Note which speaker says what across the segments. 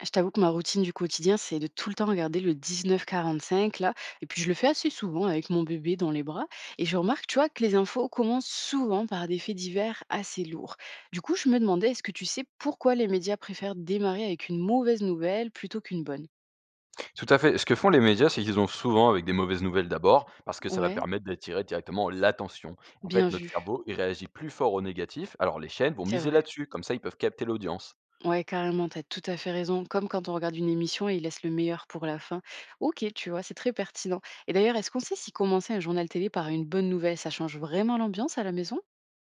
Speaker 1: Je t'avoue que ma routine du quotidien, c'est de tout le temps regarder le 19:45 là, et puis je le fais assez souvent avec mon bébé dans les bras et je remarque, tu vois, que les infos commencent souvent par des faits divers assez lourds. Du coup, je me demandais, est-ce que tu sais pourquoi les médias préfèrent démarrer avec une mauvaise nouvelle plutôt qu'une bonne?
Speaker 2: Tout à fait. Ce que font les médias, c'est qu'ils ont souvent avec des mauvaises nouvelles d'abord, parce que ça va
Speaker 1: Ouais,
Speaker 2: permettre d'attirer directement l'attention. En
Speaker 1: bien
Speaker 2: fait, notre
Speaker 1: vu,
Speaker 2: cerveau, il réagit plus fort au négatif, alors les chaînes vont
Speaker 1: c'est
Speaker 2: miser
Speaker 1: vrai.
Speaker 2: là-dessus, comme ça ils peuvent capter l'audience.
Speaker 1: Ouais, carrément, t'as tout à fait raison. Comme quand on regarde une émission et ils laissent le meilleur pour la fin. Ok, tu vois, c'est très pertinent. Et d'ailleurs, est-ce qu'on sait si commencer un journal télé par une bonne nouvelle, ça change vraiment l'ambiance à la maison?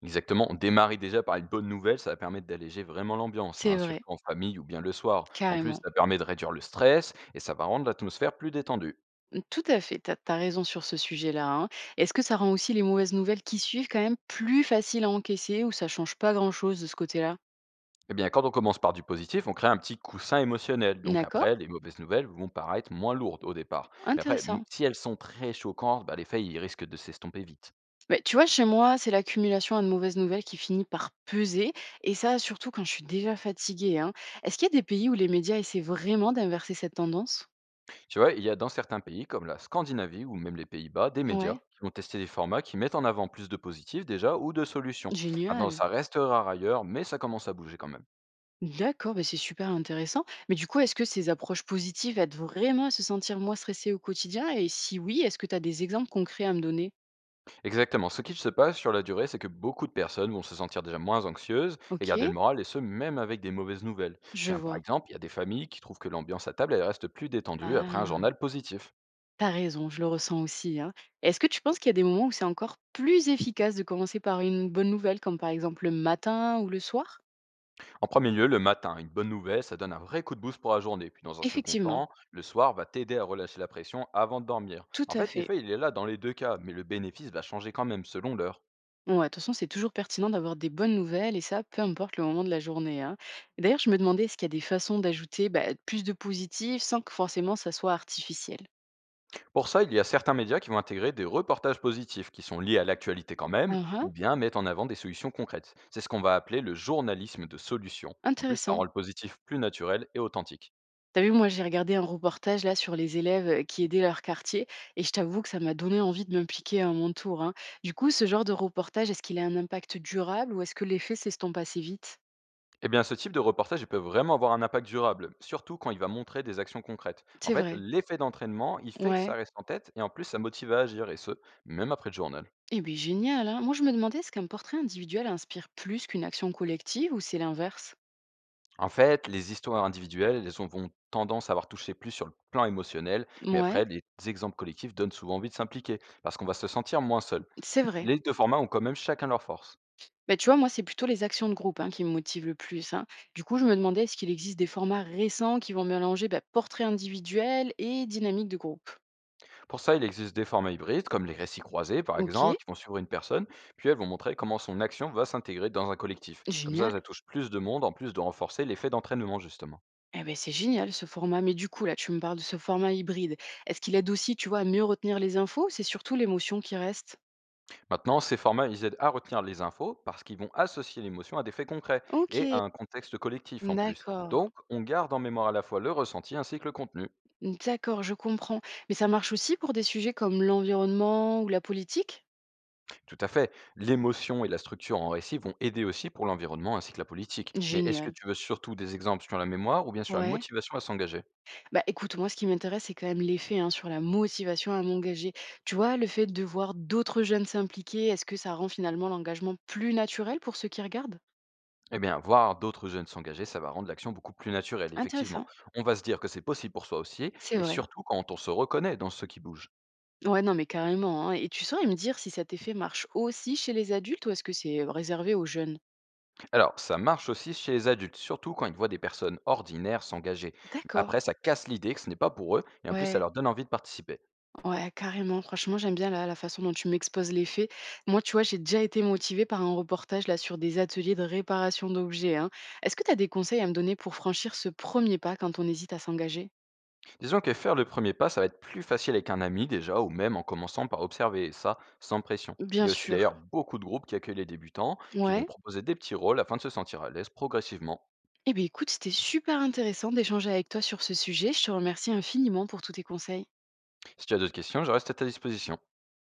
Speaker 2: Exactement, on démarre déjà par une bonne nouvelle, ça va permettre d'alléger vraiment l'ambiance, hein,
Speaker 1: C'est
Speaker 2: surtout
Speaker 1: vrai.
Speaker 2: en famille ou bien le soir. En plus,
Speaker 1: Carrément.
Speaker 2: ça permet de réduire le stress et ça va rendre l'atmosphère plus détendue.
Speaker 1: Mmh, tout à fait, tu as raison sur ce sujet-là, hein. Est-ce que ça rend aussi les mauvaises nouvelles qui suivent quand même plus faciles à encaisser, ou ça change pas grand-chose de ce côté-là?
Speaker 2: Eh bien, quand on commence par du positif, on crée un petit coussin émotionnel. Donc
Speaker 1: D'accord,
Speaker 2: après, les mauvaises nouvelles vont paraître moins lourdes au départ. Mais après,
Speaker 1: intéressant.
Speaker 2: si elles sont très choquantes, bah, les faits ils risquent de s'estomper vite.
Speaker 1: Bah, tu vois, chez moi, c'est l'accumulation de mauvaises nouvelles qui finit par peser, et ça, surtout quand je suis déjà fatiguée, hein. Est-ce qu'il y a des pays où les médias essaient vraiment d'inverser cette tendance?
Speaker 2: Tu vois, il y a dans certains pays, comme la Scandinavie ou même les Pays-Bas, des médias
Speaker 1: Ouais,
Speaker 2: qui vont tester des formats qui mettent en avant plus de positifs déjà ou de solutions. Maintenant,
Speaker 1: génial.
Speaker 2: ça reste rare ailleurs, mais ça commence à bouger quand même.
Speaker 1: D'accord, bah, c'est super intéressant. Mais du coup, est-ce que ces approches positives aident vraiment à se sentir moins stressé au quotidien? Et si oui, est-ce que tu as des exemples concrets à me donner?
Speaker 2: Exactement. Ce qui se passe sur la durée, c'est que beaucoup de personnes vont se sentir déjà moins anxieuses et
Speaker 1: Ok,
Speaker 2: garder le moral, et ce, même avec des mauvaises nouvelles.
Speaker 1: je
Speaker 2: Tiens, par
Speaker 1: vois.
Speaker 2: exemple, il y a des familles qui trouvent que l'ambiance à table, elle reste plus détendue après un
Speaker 1: Ah,
Speaker 2: journal positif.
Speaker 1: t'as raison, je le ressens aussi, hein. Est-ce que tu penses qu'il y a des moments où c'est encore plus efficace de commencer par une bonne nouvelle, comme par exemple le matin ou le soir?
Speaker 2: En premier lieu, le matin, une bonne nouvelle, ça donne un vrai coup de boost pour la journée. Puis dans un second
Speaker 1: Effectivement,
Speaker 2: temps, le soir va t'aider à relâcher la pression avant de dormir.
Speaker 1: tout
Speaker 2: En
Speaker 1: à
Speaker 2: fait,
Speaker 1: fait.
Speaker 2: l'effet, il est là dans les deux cas, mais le bénéfice va changer quand même selon l'heure.
Speaker 1: Ouais, de toute façon, c'est toujours pertinent d'avoir des bonnes nouvelles, et ça, peu importe le moment de la journée, hein. Et d'ailleurs, je me demandais, est-ce qu'il y a des façons d'ajouter, bah, plus de positif sans que forcément ça soit artificiel?
Speaker 2: Pour ça, il y a certains médias qui vont intégrer des reportages positifs qui sont liés à l'actualité quand même,
Speaker 1: Ah ah,
Speaker 2: ou bien mettre en avant des solutions concrètes. C'est ce qu'on va appeler le journalisme de solution. En plus, ça rend
Speaker 1: intéressant.
Speaker 2: le positif plus naturel et authentique.
Speaker 1: T'as vu, moi, j'ai regardé un reportage là sur les élèves qui aidaient leur quartier et je t'avoue que ça m'a donné envie de m'impliquer à mon tour, hein. Du coup, ce genre de reportage, est-ce qu'il a un impact durable ou est-ce que l'effet s'estompe assez vite?
Speaker 2: Eh bien, ce type de reportage, il peut vraiment avoir un impact durable, surtout quand il va montrer des actions concrètes. En
Speaker 1: C'est
Speaker 2: fait,
Speaker 1: vrai.
Speaker 2: l'effet d'entraînement, il fait que ça
Speaker 1: Ouais.
Speaker 2: reste en tête et en plus, ça motive à agir, et ce, même après le journal.
Speaker 1: Eh bien, génial, hein. Moi, je me demandais, est-ce qu'un portrait individuel inspire plus qu'une action collective, ou c'est l'inverse?
Speaker 2: En fait, les histoires individuelles, elles ont vont tendance à avoir touché plus sur le plan émotionnel, mais après,
Speaker 1: Ouais,
Speaker 2: les exemples collectifs donnent souvent envie de s'impliquer, parce qu'on va se sentir moins seul.
Speaker 1: c'est vrai.
Speaker 2: Les deux formats ont quand même chacun leur force.
Speaker 1: Bah, tu vois, moi, c'est plutôt les actions de groupe, hein, qui me motivent le plus, hein. Du coup, je me demandais, est-ce qu'il existe des formats récents qui vont mélanger, bah, portrait individuel et dynamique de groupe?
Speaker 2: Pour ça, il existe des formats hybrides, comme les récits croisés par
Speaker 1: Ok,
Speaker 2: exemple, qui vont suivre une personne, puis elles vont montrer comment son action va s'intégrer dans un collectif. Comme ça,
Speaker 1: génial.
Speaker 2: ça touche plus de monde, en plus de renforcer l'effet d'entraînement justement.
Speaker 1: Eh ben, c'est génial ce format. Mais du coup, là, tu me parles de ce format hybride. Est-ce qu'il aide aussi, tu vois, à mieux retenir les infos, ou c'est surtout l'émotion qui reste?
Speaker 2: Maintenant, ces formats, ils aident à retenir les infos, parce qu'ils vont associer l'émotion à des faits concrets,
Speaker 1: Ok,
Speaker 2: et à un contexte collectif en plus.
Speaker 1: d'accord.
Speaker 2: Donc, on garde en mémoire à la fois le ressenti ainsi que le contenu.
Speaker 1: D'accord, je comprends. Mais ça marche aussi pour des sujets comme l'environnement ou la politique?
Speaker 2: Tout à fait, l'émotion et la structure en récit vont aider aussi pour l'environnement ainsi que la politique. Mais est-ce que
Speaker 1: Génial.
Speaker 2: tu veux surtout des exemples sur la mémoire ou bien sur la
Speaker 1: Ouais.
Speaker 2: motivation à s'engager?
Speaker 1: Bah écoute, moi ce qui m'intéresse, c'est quand même l'effet, hein, sur la motivation à m'engager. Tu vois, le fait de voir d'autres jeunes s'impliquer, est-ce que ça rend finalement l'engagement plus naturel pour ceux qui regardent?
Speaker 2: Eh bien, voir d'autres jeunes s'engager, ça va rendre l'action beaucoup plus naturelle, effectivement.
Speaker 1: Intéressant,
Speaker 2: On va se dire que c'est possible pour soi aussi,
Speaker 1: c'est
Speaker 2: et
Speaker 1: vrai.
Speaker 2: surtout quand on se reconnaît dans ce qui bouge.
Speaker 1: Ouais, non, mais carrément, hein. Et tu saurais me dire si cet effet marche aussi chez les adultes, ou est-ce que c'est réservé aux jeunes?
Speaker 2: Alors, ça marche aussi chez les adultes, surtout quand ils voient des personnes ordinaires s'engager.
Speaker 1: D'accord,
Speaker 2: Après, ça casse l'idée que ce n'est pas pour eux, et en plus, ça
Speaker 1: ouais.
Speaker 2: leur donne envie de participer.
Speaker 1: Ouais, carrément. Franchement, j'aime bien la façon dont tu m'exposes les faits. Moi, tu vois, j'ai déjà été motivée par un reportage là sur des ateliers de réparation d'objets, hein. Est-ce que tu as des conseils à me donner pour franchir ce premier pas quand on hésite à s'engager?
Speaker 2: Disons que faire le premier pas, ça va être plus facile avec un ami déjà, ou même en commençant par observer, et ça, sans pression. Il y
Speaker 1: Bien
Speaker 2: a aussi
Speaker 1: sûr.
Speaker 2: d'ailleurs beaucoup de groupes qui accueillent les débutants, puis vont
Speaker 1: Ouais.
Speaker 2: proposer des petits rôles afin de se sentir à l'aise progressivement.
Speaker 1: Eh bien, écoute, c'était super intéressant d'échanger avec toi sur ce sujet. Je te remercie infiniment pour tous tes conseils.
Speaker 2: Si tu as d'autres questions, je reste à ta disposition.